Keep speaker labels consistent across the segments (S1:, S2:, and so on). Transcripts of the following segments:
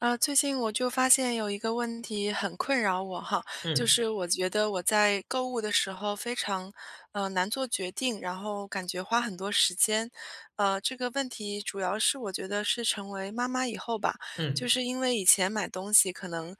S1: 最近我就发现有一个问题很困扰我哈，就
S2: 嗯
S1: 是我觉得我在购物的时候非常，难做决定，然后感觉花很多时间。这个问题主要是我觉得是成为妈妈以后吧，
S2: 嗯，
S1: 就是因为以前买东西可能，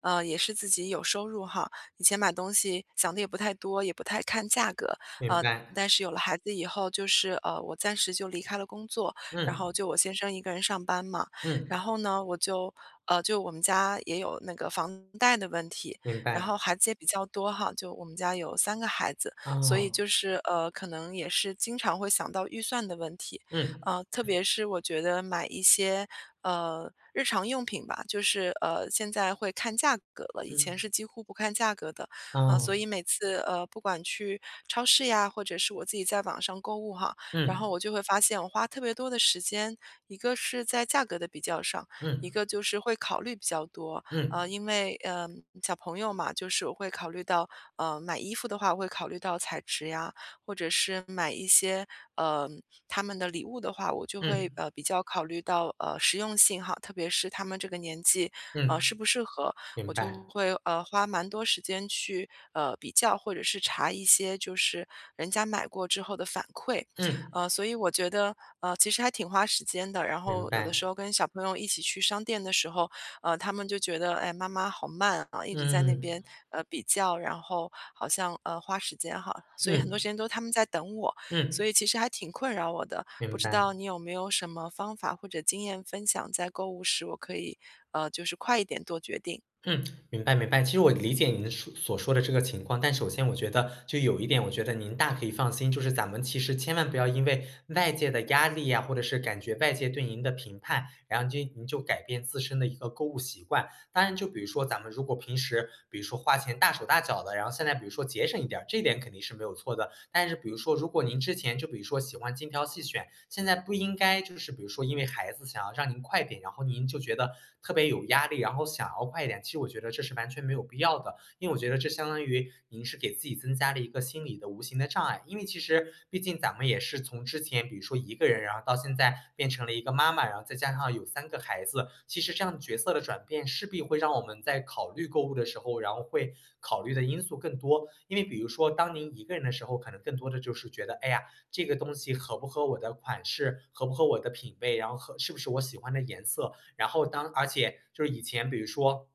S1: 也是自己有收入哈，以前买东西想的也不太多，也不太看价格，
S2: 明
S1: 呃。
S2: 白，
S1: 但是有了孩子以后，就是我暂时就离开了工作，然
S2: 嗯
S1: 后就我先生一个人上班嘛，
S2: 嗯，
S1: 然后呢，就我们家也有那个房贷的问题，
S2: 明
S1: 然
S2: 白，
S1: 后孩子也比较多哈，就我们家有三个孩子，所以
S2: 哦，
S1: 就是可能也是经常会想到预算的问题，
S2: 嗯
S1: 特别是我觉得买一些日常用品吧，就是现在会看价格了，以前
S2: 嗯，
S1: 是几乎不看价格的，啊，所
S2: 哦，
S1: 以每次不管去超市呀，或者是我自己在网上购物哈，然后
S2: 嗯
S1: 我就会发现我花特别多的时间，一个是在价格的比较上，
S2: 嗯
S1: 一个就是会考虑比较多。
S2: 嗯
S1: 因为，小朋友嘛，就是我会考虑到，买衣服的话，我会考虑到材质呀，或者是买一些，呃，他们的礼物的话，我就
S2: 嗯
S1: 会，比较考虑到，实用性哈，特别是他们这个年纪，
S2: 嗯，
S1: 适不适合，
S2: 明
S1: 我就
S2: 白，
S1: 会，花蛮多时间去，比较或者是查一些就是人家买过之后的反馈。
S2: 嗯
S1: 所以我觉得，其实还挺花时间的。然
S2: 明
S1: 后有的时
S2: 白，
S1: 候跟小朋友一起去商店的时候，他们就觉得，哎，妈妈好慢啊，一直在那
S2: 嗯
S1: 边比较，然后好像花时间哈，所以很多时
S2: 嗯
S1: 间都他们在等我，所
S2: 嗯，
S1: 以其实还挺困扰我的。不
S2: 明
S1: 知
S2: 白。
S1: 道你有没有什么方法或者经验分享，在购物时我可以就是快一点做决定？
S2: 嗯，明白明白。其实我理解您说所说的这个情况，但首先我觉得就有一点，我觉得您大可以放心，就是咱们其实千万不要因为外界的压力呀，或者是感觉外界对您的评判，然后就您就改变自身的一个购物习惯。当然，就比如说咱们如果平时比如说花钱大手大脚的，然后现在比如说节省一点儿，这点肯定是没有错的。但是比如说，如果您之前就比如说喜欢精挑细选，现在不应该就是比如说因为孩子想要让您快点，然后您就觉得特别有压力，然后想要快一点，其实我觉得这是完全没有必要的。因为我觉得这相当于您是给自己增加了一个心理的无形的障碍。因为其实毕竟咱们也是从之前，比如说一个人，然后到现在变成了一个妈妈，然后再加上有三个孩子，其实这样角色的转变势必会让我们在考虑购物的时候，然后会考虑的因素更多。因为比如说，当您一个人的时候，可能更多的就是觉得，哎呀，这个东西合不合我的款式，合不合我的品味，然后合是不是我喜欢的颜色，然后当而且就是以前比如说。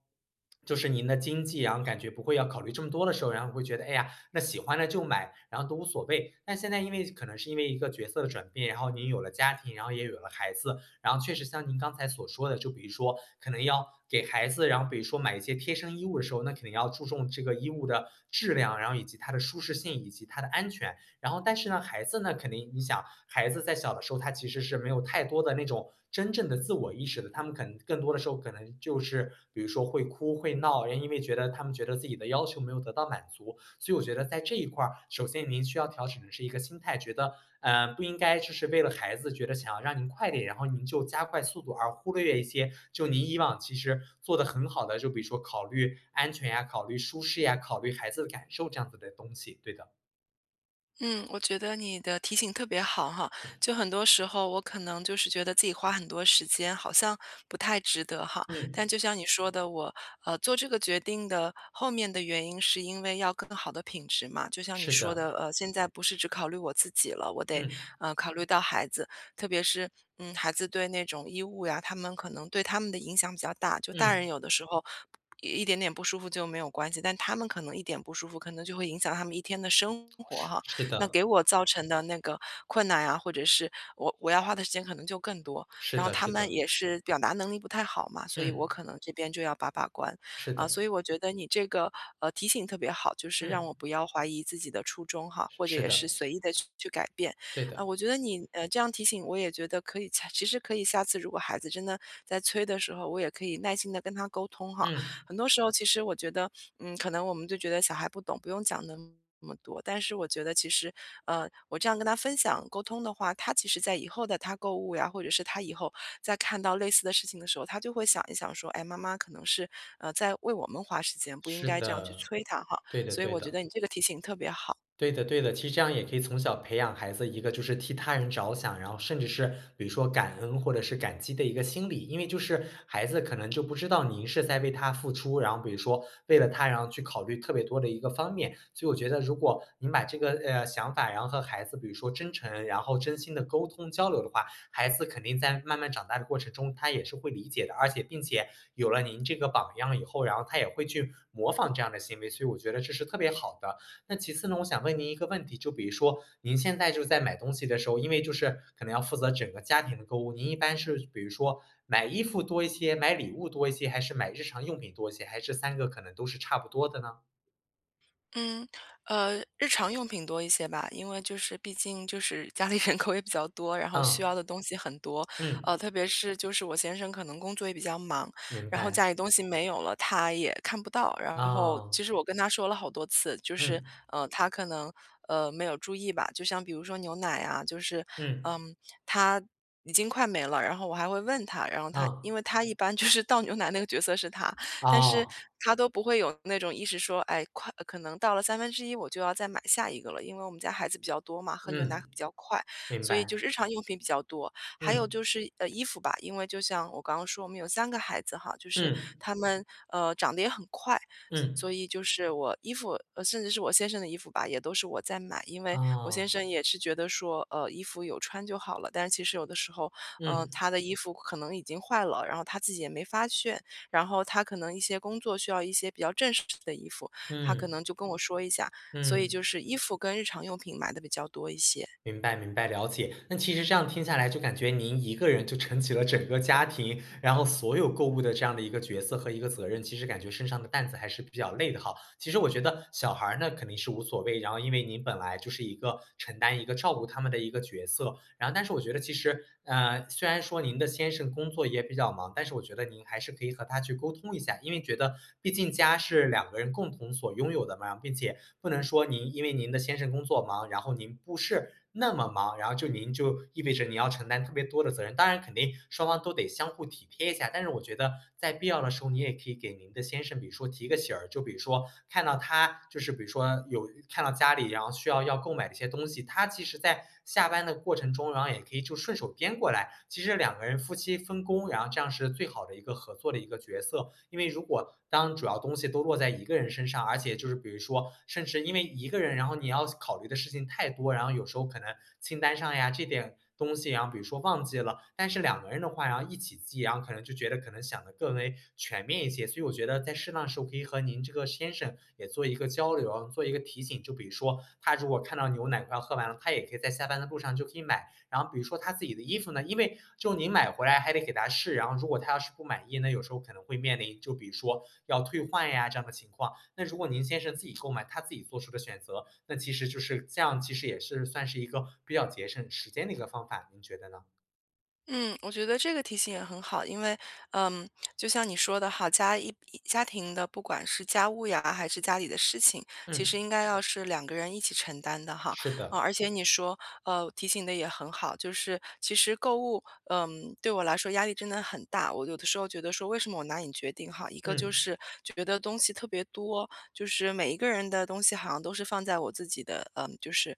S2: 就是您的经济啊，然后感觉不会要考虑这么多的时候，然后会觉得，哎呀，那喜欢的就买，然后都无所谓。但现在因为可能是因为一个角色的转变，然后您有了家庭，然后也有了孩子，然后确实像您刚才所说的，就比如说可能要给孩子，然后比如说买一些贴身衣物的时候，那肯定要注重这个衣物的质量，然后以及它的舒适性，以及它的安全。然后但是呢，孩子呢，肯定你想，孩子在小的时候，他其实是没有太多的那种真正的自我意识的，他们可能更多的时候可能就是比如说会哭会闹，因为觉得他们觉得自己的要求没有得到满足，所以我觉得在这一块儿，首先您需要调整的是一个心态，觉得不应该就是为了孩子觉得想要让您快点，然后您就加快速度，而忽略一些就您以往其实做的很好的，就比如说考虑安全呀、考虑舒适呀、考虑孩子的感受这样子的东西。对的，
S1: 嗯，我觉得你的提醒特别好哈，就很多时候我可能就是觉得自己花很多时间，好像不太值得哈。
S2: 嗯。
S1: 但就像你说的，我做这个决定的后面的原因，是因为要更好的品质嘛。就像你
S2: 是
S1: 说
S2: 的，
S1: 的，现在不是只考虑我自己了，我得
S2: 嗯，
S1: 考虑到孩子，特别是孩子对那种衣物呀，他们可能对他们的影响比较大。就大人
S2: 嗯，
S1: 有的时候。一点点不舒服就没有关系，但他们可能一点不舒服，可能就会影响他们一天的生活
S2: 是
S1: 哈。
S2: 是
S1: 那
S2: 的，
S1: 给我造成的那个困难啊，或者是我要花的时间可能就更多。
S2: 是
S1: 然后
S2: 的，
S1: 他
S2: 是
S1: 们
S2: 的，
S1: 也是表达能力不太好嘛，所以我
S2: 嗯，
S1: 可能这边就要把关。
S2: 是
S1: 啊，
S2: 的，
S1: 所以我觉得你这个提醒特别好，就是让
S2: 嗯，
S1: 我不要怀疑自己的初衷哈，或者
S2: 是
S1: 也是
S2: 的，
S1: 随意的去改变。
S2: 对
S1: 啊，
S2: 的，
S1: 我觉得你这样提醒我也觉得可以下其实可以下次如果孩子真的在催的时候，我也可以耐心的跟他沟通哈，
S2: 嗯，
S1: 很多时候其实我觉得，可能我们就觉得小孩不懂，不用讲那么多。但是我觉得其实，我这样跟他分享沟通的话，他其实在以后的他购物呀，或者是他以后在看到类似的事情的时候，他就会想一想说，哎，妈妈可能是在为我们花时间，不应
S2: 是
S1: 该这样去
S2: 的，
S1: 催他哈。
S2: 对的，
S1: 所以
S2: 对
S1: 我觉
S2: 的。
S1: 得你这个提醒特别好。
S2: 对的，对的，其实这样也可以从小培养孩子一个就是替他人着想，然后甚至是比如说感恩或者是感激的一个心理，因为就是孩子可能就不知道您是在为他付出，然后比如说为了他，然后去考虑特别多的一个方面，所以我觉得如果您把这个想法，然后和孩子比如说真诚，然后真心的沟通交流的话，孩子肯定在慢慢长大的过程中，他也是会理解的，而且并且有了您这个榜样以后，然后他也会去模仿这样的行为，所以我觉得这是特别好的。那其次呢，我想问您一个问题，就比如说您现在就在买东西的时候，因为就是可能要负责整个家庭的购物，您一般是比如说买衣服多一些，买礼物多一些，还是买日常用品多一些，还是三个可能都是差不多的呢？
S1: 嗯，日常用品多一些吧，因为就是毕竟就是家里人口也比较多，然后需
S2: 嗯，
S1: 要的东西很多，
S2: 嗯，
S1: 特别是就是我先生可能工作也比较忙，
S2: 明
S1: 然后
S2: 白，
S1: 家里东西没有了，他也看不到。然后
S2: 哦，
S1: 其实我跟他说了好多次，就是
S2: 嗯，
S1: 他可能没有注意吧，就像比如说牛奶啊，就是
S2: 嗯，
S1: 嗯，他已经快没了，然后我还会问他，然后他
S2: 嗯，
S1: 因为他一般就是倒牛奶那个角色是他，但是
S2: 啊，
S1: 他都不会有那种意识说，哎，快，可能到了1/3我就要再买下一个了，因为我们家孩子比较多嘛，喝牛奶
S2: 嗯，
S1: 比较快，
S2: 明
S1: 所以就
S2: 白，
S1: 是日常用品比较多。还有
S2: 嗯，
S1: 就是衣服吧，因为就像我刚刚说，我们有三个孩子哈，就是
S2: 嗯，
S1: 他们长得也很快，
S2: 嗯，
S1: 所以就是我衣服，甚至是我先生的衣服吧，也都是我在买，因为我
S2: 啊
S1: 先生也是觉得说，衣服有穿就好了。但是其实有的时候，
S2: 嗯，
S1: 他的衣服可能已经坏了，然后他自己也没发现，然后他可能一些工作需要一些比较正式的衣服，他可
S2: 嗯，
S1: 能就跟我说一下，所以
S2: 嗯。
S1: 就是衣服跟日常用品买的比较多一些。
S2: 明白明白，了解。那其实这样听下来，就感觉您一个人就撑起了整个家庭，然后所有购物的这样的一个角色和一个责任，其实感觉身上的担子还是比较累的哈。其实我觉得小孩儿呢肯定是无所谓，然后因为您本来就是一个承担一个照顾他们的一个角色，然后但是我觉得其实虽然说您的先生工作也比较忙，但是我觉得您还是可以和他去沟通一下，因为觉得毕竟家是两个人共同所拥有的嘛，并且不能说您因为您的先生工作忙，然后您不是那么忙，然后就您就意味着你要承担特别多的责任。当然肯定双方都得相互体贴一下，但是我觉得在必要的时候，你也可以给您的先生，比如说提个醒儿，就比如说看到他就是比如说有看到家里，然后需要要购买的一些东西，他其实在下班的过程中，然后也可以就顺手编过来。其实两个人夫妻分工，然后这样是最好的一个合作的一个角色。因为如果个当主要东西都落在一个人身上，而且就是比如说，甚至因为一个人，然后你要考虑的事情太多，然后有时候可能清单上呀这点东西，然后比如说忘记了，但是两个人的话，然后一起记，然后可能就觉得可能想的更为全面一些。所以我觉得在适当时候可以和您这个先生也做一个交流，做一个提醒。就比如说，他如果看到牛奶快要喝完了，他也可以在下班的路上就可以买。然后比如说他自己的衣服呢，因为就您买回来还得给他试，然后如果他要是不满意，那有时候可能会面临就比如说要退换呀这样的情况。那如果您先生自己购买，他自己做出的选择，那其实就是这样，其实也是算是一个比较节省时间的一个方法，您觉得呢？
S1: 嗯，我觉得这个提醒也很好，因为，嗯，就像你说的哈，家庭的，不管是家务呀，还是家里的事情，其实
S2: 嗯，
S1: 应该要是两个人一起承担的哈。
S2: 是
S1: 啊，
S2: 的，
S1: 而且你说，提醒的也很好，就是其实购物，对我来说压力真的很大。我有的时候觉得说，为什么我难以决定哈？一个就
S2: 嗯
S1: 是觉得东西特别多，就是每一个人的东西好像都是放在我自己的，就是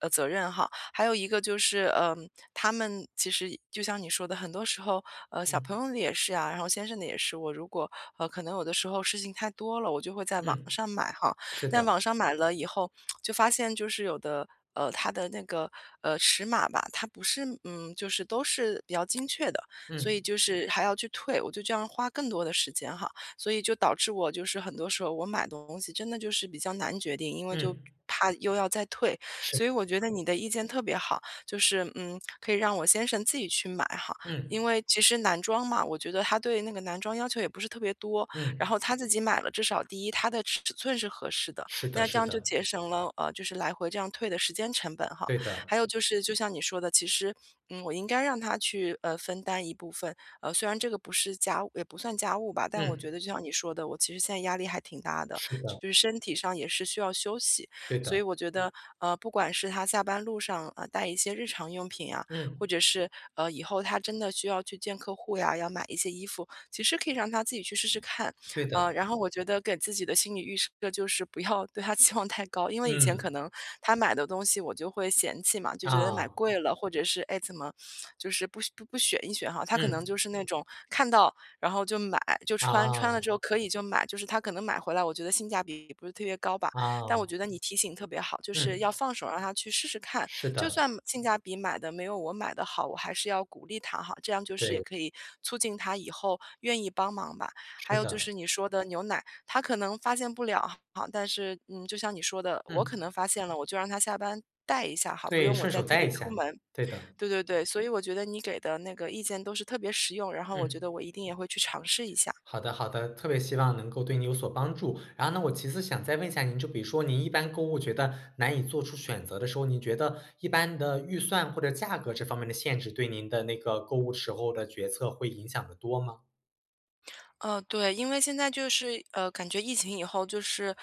S1: 责任哈。还有一个就是，他们其实就像你说的，很多时候，小
S2: 嗯
S1: 朋友的也是啊，然后先生的也是。我如果可能有的时候事情太多了，我就会在网
S2: 嗯，
S1: 上买哈。
S2: 是
S1: 但网
S2: 的，
S1: 上买了以后，就发现就是有的。它的那个尺码吧，它不是,就是都是比较精确的，所
S2: 嗯
S1: 以就是还要去退，我就这样花更多的时间哈。所以就导致我就是很多时候我买东西真的就是比较难决定，因为就
S2: 嗯
S1: 怕又要再退。
S2: 是，
S1: 所以我觉得你的意见特别好，就是可以让我先生自己去买哈，
S2: 嗯
S1: 因为其实男装嘛，我觉得他对那个男装要求也不是特别多，然
S2: 嗯
S1: 后他自己买了，至少第一他的尺寸是合适的，
S2: 是的，
S1: 那这
S2: 是
S1: 样就
S2: 的，
S1: 节省了就是来回这样退的时间成本哈。
S2: 对的，
S1: 还有就是就像你说的，其实我应该让他去分担一部分，虽然这个不是家务也不算家务吧，但我觉
S2: 嗯
S1: 得就像你说的，我其实现在压力还挺大的，
S2: 是
S1: 就
S2: 的，
S1: 是身体上也是需要休息。
S2: 对
S1: 所
S2: 的，
S1: 以我觉得，不管是他下班路上，啊带一些日常用品啊，或
S2: 嗯
S1: 者是，以后他真的需要去见客户呀，要买一些衣服，其实可以让他自己去试试看。
S2: 对的，
S1: 然后我觉得给自己的心理预设就是不要对他 期望太高，因为以前可
S2: 嗯
S1: 能他买的东西我就会嫌弃嘛，就觉得买
S2: 啊。
S1: 贵了，或者是，哎，怎么就是不选一选哈，他可能
S2: 嗯，
S1: 就是那种看到然后就买就穿，穿了之
S2: 哦，
S1: 后可以就买，就是他可能买回来，我觉得性价比不是特别高吧，但我觉
S2: 哦，
S1: 得你提醒特别好，就是
S2: 嗯，
S1: 要放手让他去试试看，
S2: 是
S1: 就
S2: 的，
S1: 算性价比买的没有我买的好，我还是要鼓励他哈，这样就是也
S2: 对，
S1: 可以促进他以后愿意帮忙吧。还
S2: 是
S1: 有就
S2: 的，
S1: 是你说的牛奶，他可能发现不了哈，但是就像你说的，我可
S2: 嗯，
S1: 能发现了，我就让他下班带一下哈，不
S2: 对，
S1: 用我
S2: 顺
S1: 再
S2: 手
S1: 特
S2: 带
S1: 地
S2: 一
S1: 出
S2: 下，
S1: 门。
S2: 对的，
S1: 对对对，所以我觉得你给的那个意见都是特别实用，然后我觉
S2: 嗯，
S1: 得我一定也会去尝试一下。
S2: 好的，好的，特别希望能够对你有所帮助。然后呢，我其次想再问一下您，就比如说您一般购物觉得难以做出选择的时候，您觉得一般的预算或者价格这方面的限制，对您的那个购物时候的决策会影响的多吗？
S1: 对，因为现在就是感觉疫情以后就是，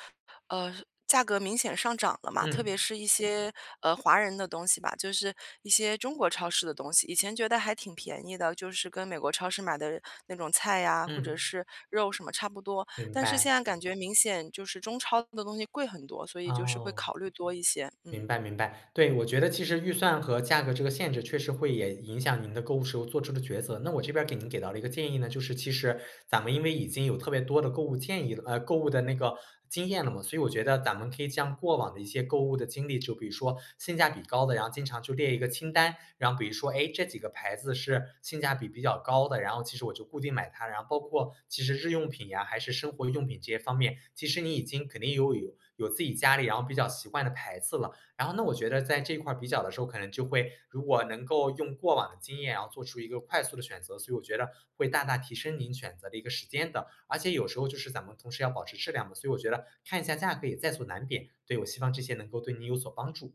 S1: 呃，价格明显上涨了嘛，特别
S2: 嗯，
S1: 是一些华人的东西吧，就是一些中国超市的东西，以前觉得还挺便宜的，就是跟美国超市买的那种菜呀，或者
S2: 嗯，
S1: 是肉什么差不多，
S2: 明
S1: 但是
S2: 白，
S1: 现在感觉明显就是中超的东西贵很多，所以就是会
S2: 哦。
S1: 考虑多一些，嗯。
S2: 明白明白，对，我觉得其实预算和价格这个限制确实会也影响您的购物时候做出的抉择。那我这边儿给您给到了一个建议呢，就是其实咱们因为已经有特别多的购物建议了，购物的那个经验了嘛，所以我觉得咱们可以将过往的一些购物的经历，就比如说性价比高的，然后经常就列一个清单，然后比如说，哎，这几个牌子是性价比比较高的，然后其实我就固定买它，然后包括其实日用品呀，还是生活用品这些方面，其实你已经肯定有自己家里然后比较习惯的牌子了。然后那我觉得在这一块儿比较的时候，可能就会如果能够用过往的经验，然后做出一个快速的选择，所以我觉得会大大提升您选择的一个时间的。而且有时候就是咱们同时要保持质量嘛，所以我觉得看一下价格也在所难免。对，我希望这些能够对您有所帮助。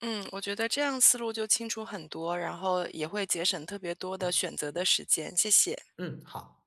S1: 嗯，我觉得这样思路就清楚很多，然后也会节省特别多
S2: 嗯
S1: 的选择的时间。谢谢。
S2: 嗯，好。